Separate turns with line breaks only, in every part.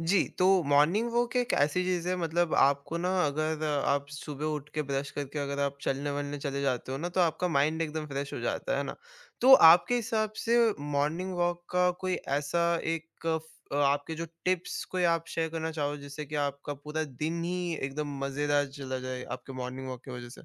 जी, तो morning walk एक ऐसी चीज़ है मतलब आपको ना अगर आप सुबह उठ के ब्रश करके अगर आप चलने-वलने चले जाते हो ना, तो आपका माइंड एकदम फ्रेश हो जाता है ना? तो आपके हिसाब से मॉर्निंग वॉक का कोई ऐसा एक फ आपके जो टिप्स कोई आप शेयर करना चाहो जिससे कि आपका पूरा दिन ही एकदम मज़ेदार चला जाए आपके मॉर्निंग वॉक की वज़ह से?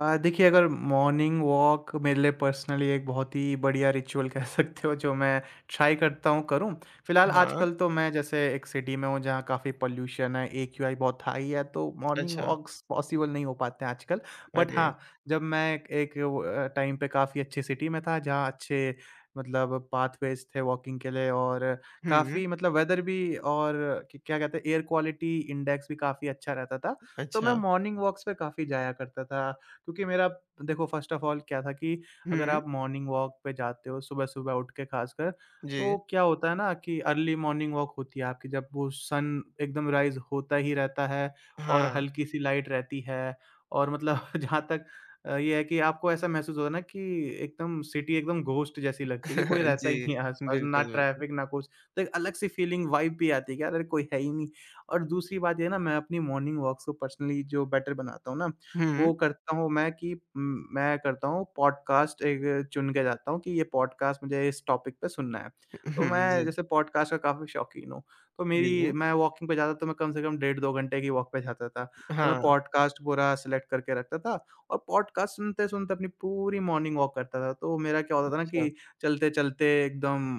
देखिए, अगर मॉर्निंग वॉक मेरे लिए पर्सनली एक बहुत ही बढ़िया रिचुअल कह सकते हो जो मैं ट्राई करता हूँ करूँ। फिलहाल
हाँ,
आजकल तो मैं जैसे एक सिटी में हूँ जहाँ काफ़ी पॉल्यूशन है, एक्यूआई बहुत हाई है, तो मॉर्निंग
अच्छा,
वॉक्स पॉसिबल नहीं हो पाते हैं आजकल। बट
अरे!
हाँ, जब मैं एक एक वो टाइम पे काफ़ी अच्छी सिटी में था जहाँ अच्छे मतलब पाथवेज़ थे वॉकिंग के लिए, और
हुँ,
काफ़ी मतलब वेदर भी, और क क्या कहते हैं एयर क्वालिटी इंडेक्स भी काफ़ी अच्छा रहता था। तो मैं
अच्छा,
मॉर्निंग वॉक्स पे काफ़ी जाया करता था। क्योंकि मेरा, देखो, फर्स्ट ऑफ ऑल क्या था कि अगर
हुँ,
आप मॉर्निंग वॉक पे जाते हो सुबह-सुबह उठ के खासकर, तो
जी,
क्या होता है ना कि अर्ली मॉर्निंग वॉक होती है आपकी, जब वो सन एकदम राइज़ होता ही रहता है और
हाँ,
हल्की-सी लाइट रहती है, और मतलब जहाँ तक ये है कि आपको ऐसा महसूस होता है ना कि एकदम सिटी एकदम घोस्ट जैसी लगती है कि कोई रहता
जी,
ही नहीं है आस-पास, ना
बिल्कुल, बिल्कुल,
ट्रैफिक ना कुछ। तो एक अलग-सी फीलिंग वाइब भी आती है कि यार अरे कोई है ही नहीं। और दूसरी बात ये है ना, मैं अपनी मॉर्निंग वॉक्स को पर्सनली जो बेटर बनाता हूँ ना,
हुँ,
वो करता हूँ मैं कि, मैं करता हूँ पॉडकास्ट एक चुन के जाता हूँ कि ये पॉडकास्ट मुझे इस टॉपिक पे सुनना है। तो
हुँ,
मैं
जी,
जैसे पॉडकास्ट का काफ़ी शौकीन हूँ, तो
जी।
मेरी मैं वॉकिंग पे जाता, तो मैं कम से कम डेढ़ 2 घंटे की वॉक पे जाता था। तो मैं
हाँ,
पॉडकास्ट पूरा सेलेक्ट करके रखता था और पॉडकास्ट सुनते-सुनते अपनी पूरी मॉर्निंग वॉक करता था। तो मेरा क्या होता था ना
अच्छा।
कि चलते-चलते एकदम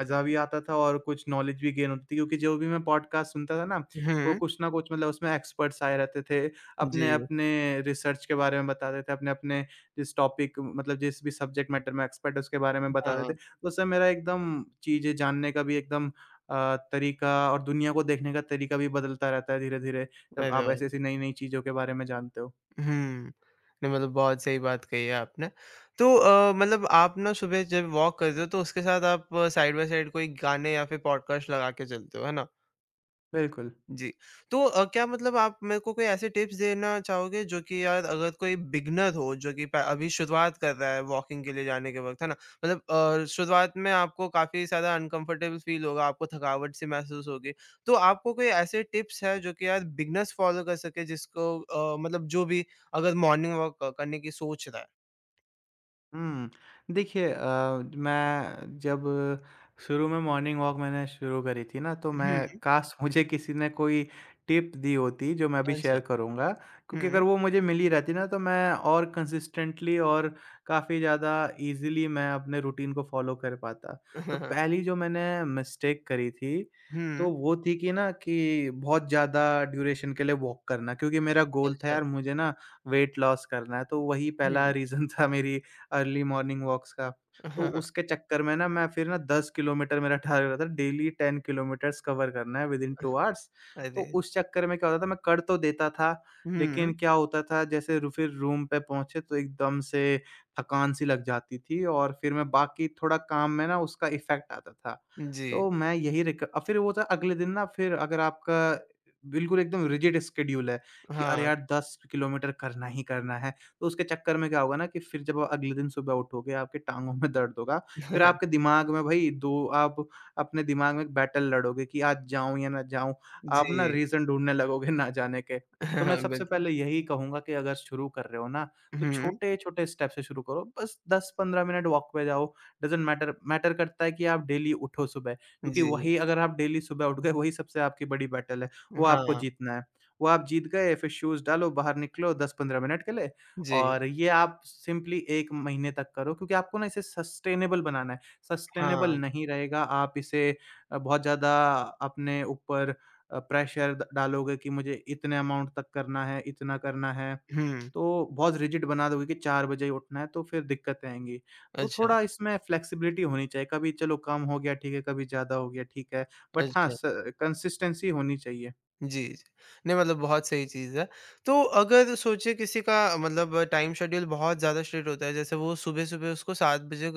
मज़ा भी आता था और कुछ नॉलेज भी गेन होती थी, क्योंकि जो भी मैं पॉडकास्ट सुनता था ना, वो
हुँ,
कुछ ना कुछ मतलब उसमें एक्सपर्ट्स आए रहते थे।
जी,
अपने-अपने रिसर्च के बारे में बताते थे, अपने-अपने जिस टॉपिक मतलब जिस भी सब्जेक्ट मैटर में एक्सपर्ट है उसके बारे में
हाँ,
बताते थे। तो उससे मेरा एकदम चीज़ें जानने का भी एकदम तरीका और दुनिया को देखने का तरीका भी बदलता रहता है धीरे-धीरे, जब
अरे
आप
वाह!
ऐसी-ऐसी नई-नई चीज़ों के बारे में जानते हो।
हुँ, नहीं मतलब बहुत सही बात कही है आपने। तो मतलब आप ना सुबह जब वॉक करते हो तो उसके साथ आप साइड बाय साइड कोई गाने या फिर पॉडकास्ट लगा के चलते हो, है ना?
बिल्कुल।
जी। तो क्या मतलब आप मेरे को कोई ऐसे टिप्स देना चाहोगे जो कि यार अगर कोई बिगिनर हो जो कि प अभी शुरुआत कर रहा है वॉकिंग के लिए जाने के वक़्त, है ना? मतलब शुरुआत में आपको काफ़ी ज़्यादा अनकम्फ़र्टेबल फ़ील होगा, आपको थकावट सी महसूस होगी। तो आपको कोई ऐसे टिप्स हैं जो कि यार बिगिनर्स फ़ॉलो कर सके जिसको मतलब जो भी अगर मॉर्निंग वॉक क करने की सोच रहा है?
हुँ। देखिए, मैं जब शुरू में मॉर्निंग वॉक मैंने शुरू करी थी ना, तो
हुँ,
मैं काश मुझे किसी ने कोई टिप दी होती जो मैं अभी
अच्छा।
शेयर करूँगा। क्योंकि
हुँ।
अगर वो मुझे मिली रहती ना, तो मैं और कंसिस्टेंटली और काफ़ी ज़्यादा ईज़िली मैं अपने रूटीन को फ़ॉलो कर पाता। तो
हाँ, हाँ।
पहली जो मैंने मिस्टेक करी थी, तो
हुँ,
वो थी कि, ना, कि बहुत ज़्यादा ड्यूरेशन के लिए वॉक करना, क्योंकि मेरा गोल था
अच्छा।
यार मुझे ना वेट लॉस करना है, तो वही पहला
हुँ,
रीज़न था मेरी अर्ली मॉर्निंग वॉक्स का।
हाँ,
तो
हाँ।
उसके चक्कर में ना मैं फिर ना 10 किलोमीटर मेरा टारगेट होता था, डेली 10 किलोमीटर्स कवर करना है विदिन 2 आवर्स। तो
अरे!
उस चक्कर में क्या होता था, मैं कर तो देता था,
हुँ,
लेकिन क्या होता था जैसे रू फिर रूम पे पहुँचे तो एकदम से थकान सी लग जाती थी और फिर मैं बाकी थोड़ा काम में ना उसका इफ़ेक्ट आता था।
जी।
तो मैं यही फिर वो था अगले दिन ना, फिर अगर आपका बिल्कुल एकदम रिजिड स्केड्यूल है कि अरे
हाँ।
यार 10 किलोमीटर करना ही करना है, तो उसके चक्कर में क्या होगा ना कि फिर जब आप अगले दिन सुबह उठोगे, आपकी टाँगों में दर्द होगा। फिर आपके दिमाग में भई 2, आप अपने दिमाग में एक बैटल लड़ोगे कि आज जाऊँ या ना जाऊँ। आप ना
जी।
रीज़न ढूँढने लगोगे ना जाने के। तो मैं सबसे
बिल्कुल।
पहले यही कहूँगा कि अगर शुरू कर रहे हो ना, तो
हुँ,
छोटे-छोटे स्टेप से शुरू करो। बस 10-15 मिनट वॉक पे जाओ। डज़न्ट मैटर, मैटर करता है कि आप डेली उठो सुबह। क्योंकि
जी।
वही अगर आप डेली सुबह उठ गए, वही सबसे आपकी बड़ी बैटल है। वो आपको
हाँ,
जीतना है। वो आप जीत गए, फिर शूज़ डालो, बाहर निकलो 10-15 मिनट के लिए।
जी।
और ये आप सिंपली 1 महीने तक करो, क्योंकि आपको ना इसे सस्टेनेबल बनाना है। सस्टेनेबल
हाँ।
नहीं रहेगा, आप इसे बहुत ज़्यादा अपने ऊपर प्रेशर द डालोगे कि मुझे इतने अमाउंट तक करना है, इतना करना है,
हुँ।
तो बहुत रिजिड बना दोगे कि 4 बजे ही उठना है, तो फिर दिक्कतें आएँगी। तो
अच्छा,
थोड़ा इसमें फ्लेक्सिबिलिटी होनी चाहिए, कभी चलो कम हो गया ठीक है, कभी ज़्यादा हो गया ठीक है, बट हाँ,
अच्छा।
स कंसिस्टेंसी होनी चाहिए।
जी, जी। नहीं मतलब बहुत सही चीज़ है। तो अगर सोचिए किसी का मतलब टाइम शेड्यूल बहुत ज़्यादा स्ट्रिक्ट होता है, जैसे वो सुबह-सुबह उसको 7 बजे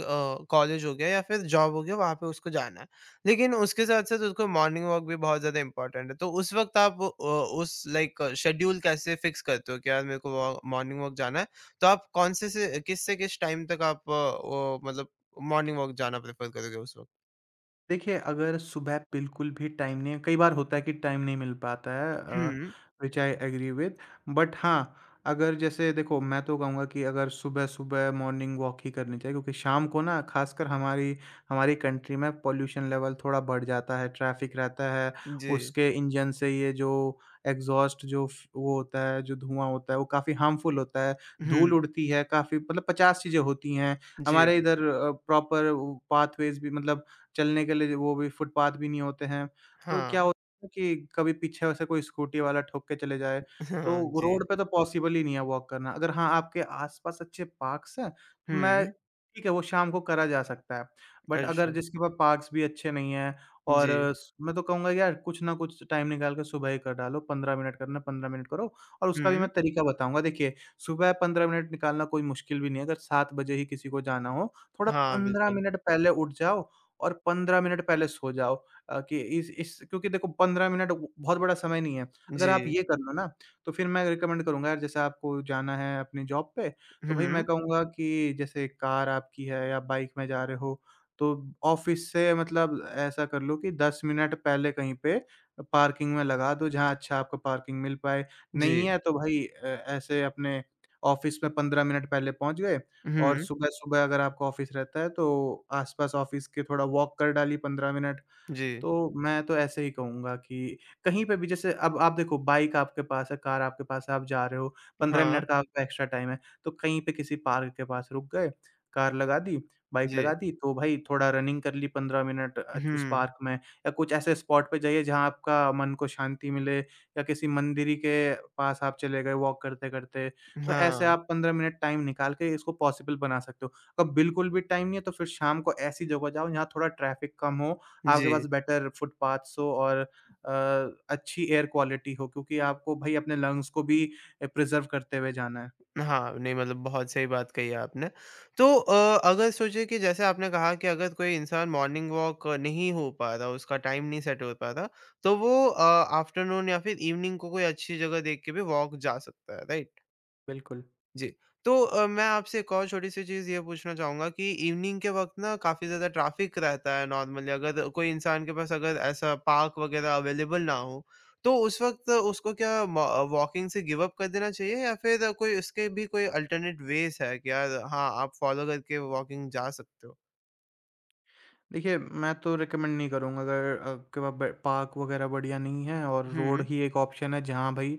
कॉलेज हो गया या फिर जॉब हो गया, वहाँ पे उसको जाना है। लेकिन उसके साथ-साथ उसको मॉर्निंग वॉक भी बहुत ज़्यादा इम्पोर्टेंट है। तो उस वक़्त आप उस लाइक शेड्यूल कैसे फिक्स करते हो कि यार मेरे को वॉ मॉर्निंग वॉक जाना है? तो आप कौन से किस टाइम तक आप वो मतलब मॉर्निंग वॉक जाना प्रेफ़र करोगे उस वक़्त?
देखिए, अगर सुबह बिल्कुल भी टाइम नहीं है, कई बार होता है कि टाइम नहीं मिल पाता है,
हुँ,
which I agree with. But हाँ, अगर जैसे देखो मैं तो कहूँगा कि अगर सुबह-सुबह मॉर्निंग वॉक ही करनी चाहिए, क्योंकि शाम को ना ख़ासकर हमारी हमारी कंट्री में पॉल्यूशन लेवल थोड़ा बढ़ जाता है, ट्रैफ़िक रहता है,
जी।
उसके इंजन से ये जो एग्ज़ॉस्ट जो फ वो होता है, जो धुआँ होता है वो काफ़ी हार्मफुल होता है, धूल
हुँ,
उड़ती है, काफ़ी मतलब 50 चीज़ें होती हैं।
जी।
हमारे इधर प्रॉपर पाथवेज़ भी मतलब चलने के लिए वो भी, फुटपाथ भी नहीं होते हैं। तो
हाँ,
क्या होता है कि कभी पीछे से कोई स्कूटी वाला ठोक के चले जाए,
हाँ,
तो
जी।
रोड पे तो पॉसिबल ही नहीं है वॉक करना। अगर हाँ, आपके आस-पास अच्छे पार्क्स हैं, तो मैं,
हुँ,
ठीक है, वो शाम को करा जा सकता है। बट
अच्छा।
अगर जिसके पास पार्क्स भी अच्छे नहीं हैं, और
जी।
स मैं तो कहूँगा यार कुछ ना कुछ टाइम निकाल के सुबह ही कर डालो, 15 मिनट करना, 15 मिनट करो, और उसका भी
हुँ,
मैं तरीका बताऊँगा। देखिए, सुबह 15 मिनट निकालना कोई मुश्किल भी नहीं है, अगर 7 बजे ही किसी को जाना हो, थोड़ा
हाँ,
15
बिल्कुल।
मिनट पहले उठ जाओ और 15 मिनट पहले सो जाओ। कि, इस, क्योंकि देखो 15 मिनट ब बहुत बड़ा समय नहीं है। अगर आप
जी।
ये कर लो ना, तो फिर मैं रिकमेंड करूँगा यार, जैसे आपको जाना है अपनी जॉब पे, तो भई मैं
हुँ,
कहूँगा कि जैसे कार आपकी है या बाइक में जा रहे हो, तो ऑफ़िस से मतलब ऐसा कर लो कि 10 मिनट पहले कहीं पे पार्किंग में लगा दो, जहाँ अच्छा आपको पार्किंग मिल पाए।
जी।
नहीं है तो भई, ऐसे अपने ऑफ़िस में 15 मिनट पहले पहुँच गए और
हुँ,
सुबह-सुबह अगर आपका ऑफ़िस रहता है, तो आस-पास ऑफ़िस के थोड़ा वॉक कर डाली 15 मिनट।
जी।
तो मैं तो ऐसे ही कहूँगा कि कहीं पे भी, जैसे अब आप देखो बाइक आपके पास है, कार आपके पास है, आप जा रहे हो, 15
हाँ,
मिनट का आपका एक्स्ट्रा टाइम है, तो कहीं पे किसी पार्क के पास रुक गए, कार लगा दी, बाइक
जी।
लगा दी, तो भाई थोड़ा रनिंग कर ली 15 मिनट उस
हुँ,
पार्क में, या कुछ ऐसे स्पॉट पे जाइए जहाँ आपका मन को शांति मिले, या किसी मंदिर ही के पास आप चले गए वॉक करते-करते, तो ऐसे
हाँ,
आप 15 मिनट टाइम निकाल के इसको पॉसिबल बना सकते हो। अब बिल्कुल भी टाइम नहीं है, तो फिर शाम को ऐसी जगह जाओ जहाँ थोड़ा ट्रैफ़िक कम हो,
जी।
आपके पास बेटर फुटपाथ्स हो और अ, अच्छी एयर क्वालिटी हो, क्योंकि आपको भई अपने लंग्स को भी प्रिज़र्व करते हुए जाना है।
हाँ, नहीं मतलब बहुत सही बात कही आपने। तो अगर सोचे कि जैसे आपने कहा कि अगर कोई इंसान मॉर्निंग वॉक नहीं हो पा रहा, उसका टाइम नहीं सेट हो पा रहा, तो वो आफ्टरनून या फिर इवनिंग को कोई अच्छी जगह देख के भी वॉक जा सकता है, राइट?
बिल्कुल।
जी। तो मैं आपसे एक और छोटी-सी चीज़ ये पूछना चाहूँगा कि इवनिंग के वक़्त ना काफ़ी ज़्यादा ट्रैफ़िक रहता है नॉर्मली अगर कोई इंसान के पास अगर ऐसा पार्क वग़ैरह अवेलेबल ना हो, तो उस वक़्त उसको क्या म वॉकिंग से गिव अप कर देना चाहिए या फिर कोई उसके भी कोई अल्टरनेट वेज़ है कि यार हाँ, आप फ़ॉलो करके वॉकिंग जा सकते हो?
देखिए, मैं तो रिकमेंड नहीं करूँगा, अगर आपके वहाँ ब पार्क वग़ैरह बढ़िया नहीं है और रोड
हुँ,
ही एक ऑप्शन है जहाँ भई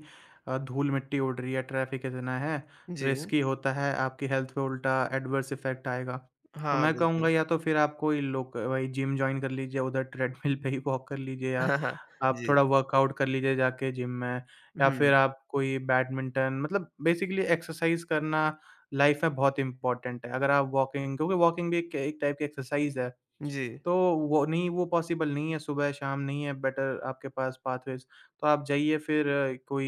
धूल मिट्टी उड़ रही है, ट्रैफ़िक इतना है,
जी।
रिस्की होता है, आपकी हेल्थ पे उल्टा एडवर्स इफ़ेक्ट आएगा। तो
हाँ,
मैं कहूँगा,
बिल्कुल।
या तो फिर आप कोई लोक वही जिम जॉइन कर लीजिए, उधर ट्रेडमिल पे ही वॉक कर लीजिए, या
हाँ, हाँ।
आप
जी।
थोड़ा वर्कआउट कर लीजिए जाके जिम में, या
हुँ,
फिर आप कोई बैडमिंटन, मतलब बेसिकली एक्सरसाइज़ करना लाइफ़ में बहुत इम्पोर्टेंट है। अगर आप वॉकिंग, क्योंकि वॉकिंग भी एक एक टाइप की एक्सरसाइज़ है।
जी।
तो वो नहीं, वो पॉसिबल नहीं है, सुबह-शाम नहीं है बेटर आपके पास पाथवेज़। तो आप जाइए फिर कोई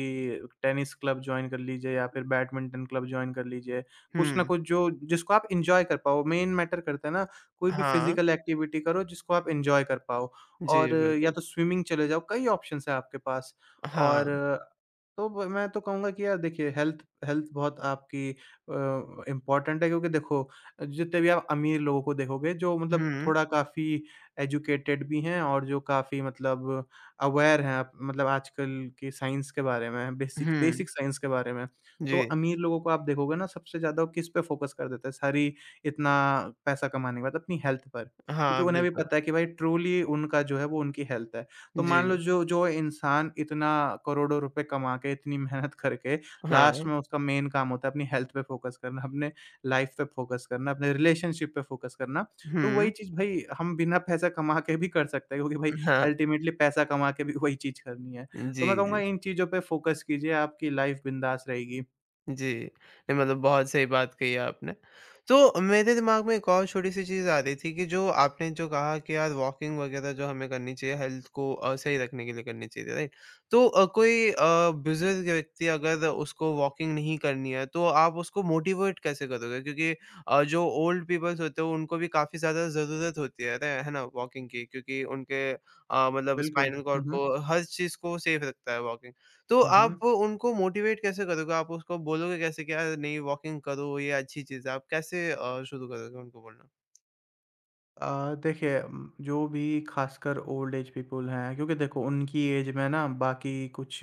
टेनिस क्लब जॉइन कर लीजिए या फिर बैडमिंटन क्लब जॉइन कर लीजिए। कुछ ना
हुँ।
कुछ जो, जिसको आप एन्जॉय कर पाओ, मेन मैटर करता है ना, कोई भी
हाँ।
फिज़िकल एक्टिविटी करो जिसको आप एन्जॉय कर पाओ,
जी,
और या
बिल्कुल।
तो स्विमिंग चले जाओ, कई ऑप्शंस हैं आपके पास। और
हाँ।
तो ब मैं तो कहूँगा कि यार देखिए, हेल्थ, हेल्थ बहुत आपकी इम्पोर्टेंट है, क्योंकि देखो जितने भी आप अमीर लोगों को देखोगे जो, मतलब,
हुँ,
थोड़ा काफ़ी एजुकेटेड भी हैं और जो काफ़ी मतलब अवेयर हैं, आप मतलब आजकल की साइंस के बारे में, बेसिक,
हुँ।
बेसिक साइंस के बारे में।
जी।
तो अमीर लोगों को आप देखोगे ना, सबसे ज़्यादा वो किस पे फ़ोकस कर देते हैं सारी इतना पैसा कमाने के बाद, अपनी हेल्थ पर। क्योंकि
हाँ,
उन्हें भी
बिल्कुल।
पता है कि भाई ट्रूली उनका जो है वो उनकी हेल्थ है। तो मान लो
जी,
जो, जो इंसान इतना करोड़ों रुपए कमा के, इतनी मेहनत करके लास्ट
हाँ।
में उसका मेन काम होता है अपनी हेल्थ पे फ़ोकस करना, अपने लाइफ पे फ़ोकस करना, अपने रिलेशनशिप पे फ़ोकस करना। तो
हुँ,
वही चीज़ भई हम बिना पैसा कमा के भी कर सकते हैं क्योंकि भई
हाँ।
अल्टीमेटली पैसा कमा के भी वही चीज़ करनी है। तो
जी,
मैं कहूँगा
जी।
इन चीज़ों पे फ़ोकस कीजिए, आपकी लाइफ बिंदास रहेगी।
जी। नहीं मतलब बहुत सही बात कही आपने। तो मेरे दिमाग में एक और छोटी-सी चीज़ आ रही थी कि जो आपने जो कहा कि यार वॉकिंग वगैरह जो हमें करनी चाहिए हेल्थ को सही रखने के लिए करनी चाहिए, राइट? तो कोई बुज़ुर्ग व्यक्ति अगर उसको वॉकिंग नहीं करनी है तो आप उसको मोटिवेट कैसे करोगे? क्योंकि जो ओल्ड पीपल्स होते हैं उनको भी काफ़ी ज़्यादा ज़रूरत होती है ना? वॉकिंग की क्योंकि उनके मतलब
बिल्कुल।
स्पाइनल
हुँ,
कॉर्ड
हुँ।
को हर चीज़ को सेफ रखता है वॉकिंग। तो
हुँ,
आप
हुँ।
उनको मोटिवेट कैसे करोगे? आप उसको बोलोगे कैसे कि यार नहीं वॉकिंग करो, ये अच्छी चीज़ है। आप कैसे शुरू करोगे उनको बोलना?
देखिए जो भी खासकर ओल्ड एज पीपल हैं क्योंकि देखो उनकी एज में ना बाकी कुछ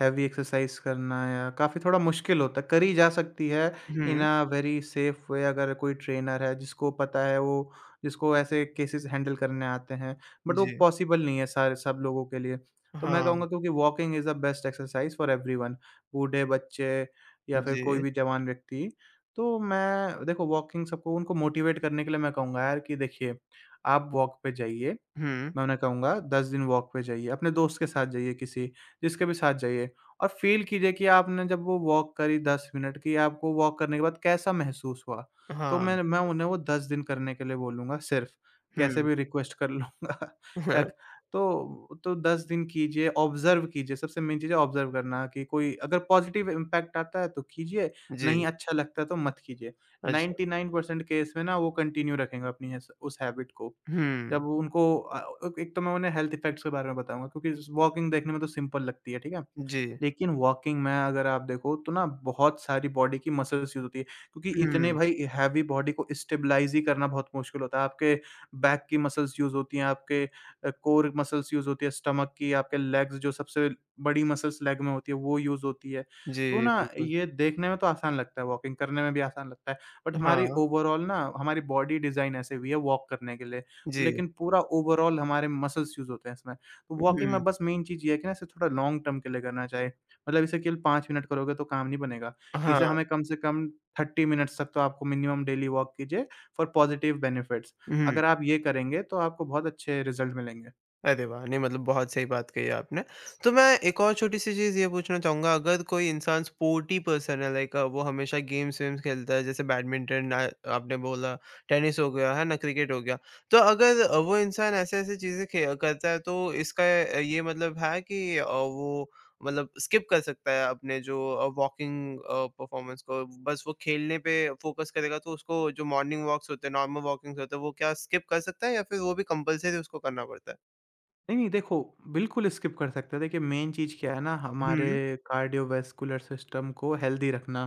हैवी एक्सरसाइज करना या काफ़ी थोड़ा मुश्किल होता है। करी जा सकती है इन
हुँ,
अ वेरी सेफ वे अगर कोई ट्रेनर है जिसको पता है वो जिसको ऐसे केसेस हैंडल करने आते हैं। बट वो
जी।
पॉसिबल नहीं है सारे सब लोगों के लिए। तो मैं
हाँ,
कहूँगा क्योंकि walking is the best exercise for everyone बूढ़े, बच्चे या फिर कोई
जी।
भी जवान व्यक्ति। तो मैं देखो वॉकिंग सबको उनको मोटिवेट करने के लिए मैं कहूँगा यार कि देखिए, आप वॉक पे जाइए
हुँ,
मैं उन्हें कहूँगा 10 दिन वॉक पे जाइए, अपने दोस्त के साथ जाइए किसी जिसके भी साथ जाइए और फ़ील कीजिए कि आपने जब वो वॉक करी 10 मिनट की, आपको वॉक करने के बाद कैसा महसूस हुआ? तो
हाँ,
मैं उन्हें वो 10 दिन करने के लिए बोलूँगा सिर्फ़, कैसे
हुँ।
भी रिक्वेस्ट कर लूँगा एक तो 10 दिन कीजिए, ऑब्ज़र्व कीजिए, सबसे मेन चीज़ है ऑब्ज़र्व करना कि कोई अगर पॉज़िटिव इम्पैक्ट आता है तो कीजिए, नहीं
जी,
अच्छा लगता है तो मत कीजिए।
अच्छा।
99% केस में ना वो कंटिन्यू रखेंगे अपनी इस उस हैबिट को।
हुँ,
जब उनको एक तो मैं उन्हें हेल्थ इफ़ेक्ट्स के बारे में बताऊँगा क्योंकि वॉकिंग देखने में तो सिंपल लगती है, ठीक है?
जी।
लेकिन वॉकिंग में अगर आप देखो तो ना बहुत सारी बॉडी की मसल्स यूज़ होती है क्योंकि इतने
हुँ,
भाई हैवी बॉडी को स्टेबलाइज़ ही करना बहुत मुश्किल होता है। आपके बैक की मसल्स यूज़ होती हैं, आपके कोर मसल्स यूज़ होती है, स्टमक की, आपके लेग्स जो सबसे बड़ी मसल्स लेग में होती है वो यूज़ होती है। तो
जी,
ना
बिल्कुल।
ये देखने में तो आसान लगता है, वॉकिंग करने में भी आसान लगता है, बट हमारी
हाँ,
ओवरऑल ना हमारी बॉडी डिज़ाइन ऐसे हुई है वॉक करने के लिए। तो
जी।
लेकिन पूरा ओवरऑल हमारे मसल्स यूज़ होते हैं इसमें। तो वॉकिंग
हुँ,
में बस मेन चीज़ ये है कि ना इसे थोड़ा लॉन्ग टर्म के लिए करना चाहिए। मतलब इसे केवल 5 मिनट करोगे तो काम नहीं बनेगा।
हाँ,
इसे हमें कम से कम 30 मिनट्स तक तो आपको मिनिमम डेली वॉक कीजिए फॉर पॉज़िटिव बेनिफिट्स।
हुँ।
अगर आप ये करेंगे तो आपको बहुत अच्छे रिज़ल्ट मिलेंगे।
अरे वाह! नहीं मतलब बहुत सही बात कही आपने। तो मैं एक और छोटी-सी चीज़ ये पूछना चाहूँगा अगर कोई इंसान स्पोर्टी पर्सन है लाइक वो हमेशा गेम्स-वेम्स खेलता है जैसे बैडमिंटन आपने बोला, टेनिस हो गया, है ना? क्रिकेट हो गया। तो अगर वो इंसान ऐसे-ऐसे चीज़ें खे करता है तो इसका ये मतलब है कि वो मतलब स्किप कर सकता है अपने जो वॉकिंग परफॉर्मेंस को बस वो खेलने पे फ़ोकस करेगा तो उसको जो मॉर्निंग वॉक्स होते हैं, नॉर्मल वॉकिंग्स होते हैं वो क्या स्किप कर सकता है या फिर वो भी कंपल्सरी उसको करना पड़ता है?
नहीं, नहीं, देखो, बिल्कुल स्किप कर सकते हैं। देखिए, मेन चीज़ क्या है ना, हमारे
हुँ,
कार्डियोवैस्कुलर सिस्टम को हेल्दी रखना,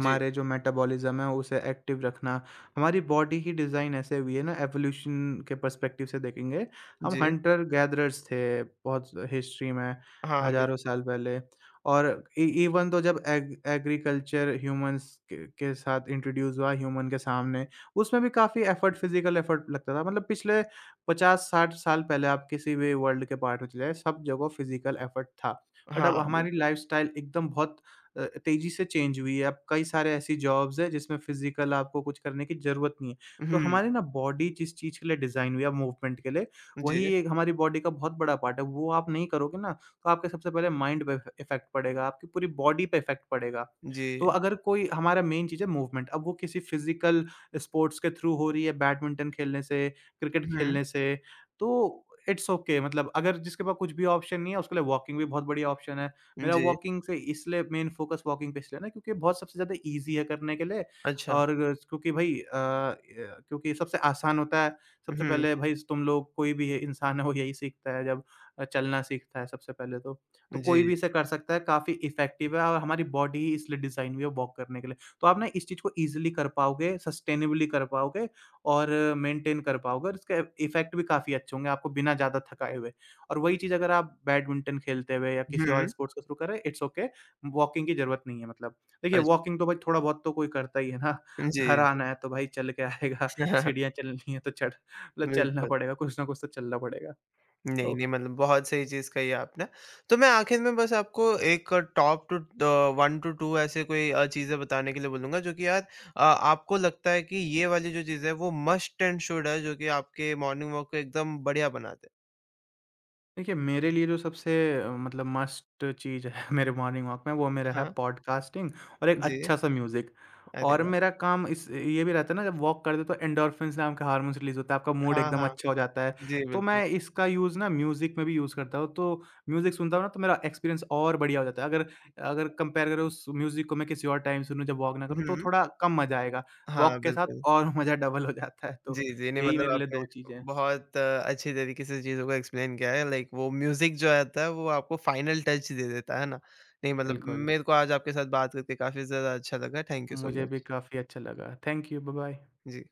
जी,
जो मेटाबॉलिज़्म है, उसे एक्टिव रखना। हमारी बॉडी की डिज़ाइन ऐसे हुई है ना, एवोल्यूशन के पर्सपेक्टिव से देखेंगे, हम
जी।
हंटर-गैदरर्स थे बहुत हिस्ट्री में,
हाँ, बिल
हज़ारों साल पहले। और इ इवन तो जब एग एग्रीकल्चर ह्यूमन्स के साथ इंट्रोड्यूस हुआ, ह्यूमन के सामने, उसमें भी काफ़ी एफ़र्ट, फिज़िकल एफ़र्ट लगता था। मतलब पिछले 50-60 साल पहले आप किसी भी वर्ल्ड के पार्ट में चले जाएँ, सब जगह फिज़िकल एफ़र्ट था। बट अब
हाँ,
हमारी
बिल्कुल।
लाइफ़स्टाइल एकदम बहुत तेज़ी से चेंज हुई है। अब कई सारे ऐसी जॉब्स हैं जिसमें फिज़िकल आपको कुछ करने की ज़रूरत नहीं है। तो
हुँ,
हमारी ना बॉडी जिस चीज़ के लिए डिज़ाइन हुई है मूवमेंट के लिए, वही
जी,
एक हमारी बॉडी का बहुत बड़ा पार्ट है। वो आप नहीं करोगे ना, तो आपके सबसे पहले माइंड पे इफ़ेक्ट पड़ेगा, आपकी पूरी बॉडी पे इफ़ेक्ट पड़ेगा।
जी।
तो अगर कोई हमारा मेन चीज़ है मूवमेंट, अब वो किसी फिज़िकल स्पोर्ट्स के थ्रू हो रही है, बैडमिंटन खेलने से क्रिकेट
हुँ,
खेलने से, तो इट्स ओके okay। मतलब अगर जिसके पास कुछ भी ऑप्शन नहीं है, उसके लिए वॉकिंग भी बहुत बढ़िया ऑप्शन है। मेरा
जी,
वॉकिंग से इसलिए मेन फ़ोकस वॉकिंग पे इसलिए ना क्योंकि बहुत सबसे ज़्यादा ईज़ी है करने के लिए
अच्छा।
और क्योंकि भई य क्योंकि सबसे आसान होता है। सबसे
हुँ,
पहले भई तुम लोग कोई भी है, इंसान है वो यही सीखता है जब चलना सीखता है सबसे पहले तो। तो कोई भी
जी,
इसे कर सकता है, काफ़ी इफ़ेक्टिव है और हमारी बॉडी ही इसलिए डिज़ाइन हुई है वॉक करने के लिए। तो आप ना इस चीज़ को ईज़िली कर पाओगे, सस्टेनेबली कर पाओगे और मेंटेन कर पाओगे और इसके इफ़ेक्ट भी काफ़ी अच्छे होंगे आपको बिना ज़्यादा थकाए हुए। और वही चीज़ अगर आप बैडमिंटन खेलते हुए या किसी
हुँ,
और स्पोर्ट्स के थ्रू करें, इट्स ओके वॉकिंग की ज़रूरत नहीं है मतलब। देखिए
अच्छ
वॉकिंग तो भाई थोड़ा बहुत तो कोई करता ही है ना, घर
जी।
आना है तो भाई चल के आएगा, सीढ़ियाँ चलनी है तो चढ़ मतलब चलना
बिल्कुल।
पड़ेगा, कुछ ना कुछ तो चलना पड़ेगा।
नहीं,
तो
नहीं मतलब बहुत सही चीज़ कही आपने। तो मैं आखिर में बस आपको एक टॉप टू 1 टू 2 ऐसे कोई चीज़ें बताने के लिए बोलूँगा जो कि यार आपको लगता है कि ये वाली जो चीज़ है वो मस्ट एंड शुड है जो कि आपके मॉर्निंग वॉक को एकदम बढ़िया बनाते हैं।
देखिए, मेरे लिए जो सबसे मतलब मस्ट चीज़ है मेरे मॉर्निंग वॉक में वो मेरा है
हाँ,
पॉडकास्टिंग और एक
जी।
अच्छा-सा म्यूज़िक।
अरे
और
वाह!
मेरा काम इस ये भी रहता है ना जब वॉक करते हो तो एंडोर्फिन्स नाम का हार्मोन्स रिलीज़ होता है, आपका मूड
हाँ,
एकदम
हाँ।
अच्छा हो जाता है।
जी,
तो
बिल्कुल।
मैं इसका यूज़ ना म्यूज़िक में भी यूज़ करता हूँ, तो म्यूज़िक सुनता हूँ ना तो मेरा एक्सपीरियंस और बढ़िया हो जाता है। अगर अगर कंपेयर करो उस म्यूज़िक को मैं किसी और टाइम सुनूँ जब वॉक ना करूँ तो
हुँ।
थोड़ा कम मज़ा आएगा।
हाँ,
वॉक के साथ
बिल्कुल।
और मज़ा डबल हो जाता है,
जी,
तो
जी, नहीं
यही
मतलब
मेरे लिए
आपने
2 चीज़ें हैं।
बहुत अच्छी तरीके से चीज़ों को एक्सप्लेन किया है लाइक वो म्यूज़िक जो आता है वो आपको फाइनल टच दे देता है ना? नहीं मतलब
बिल्कुल।
मेरे को आज आपके साथ बात करके काफ़ी ज़्यादा अच्छा लगा। थैंक यू सो
मुझे भी
मच।
काफ़ी अच्छा लगा। Thank you, bye bye.
जी।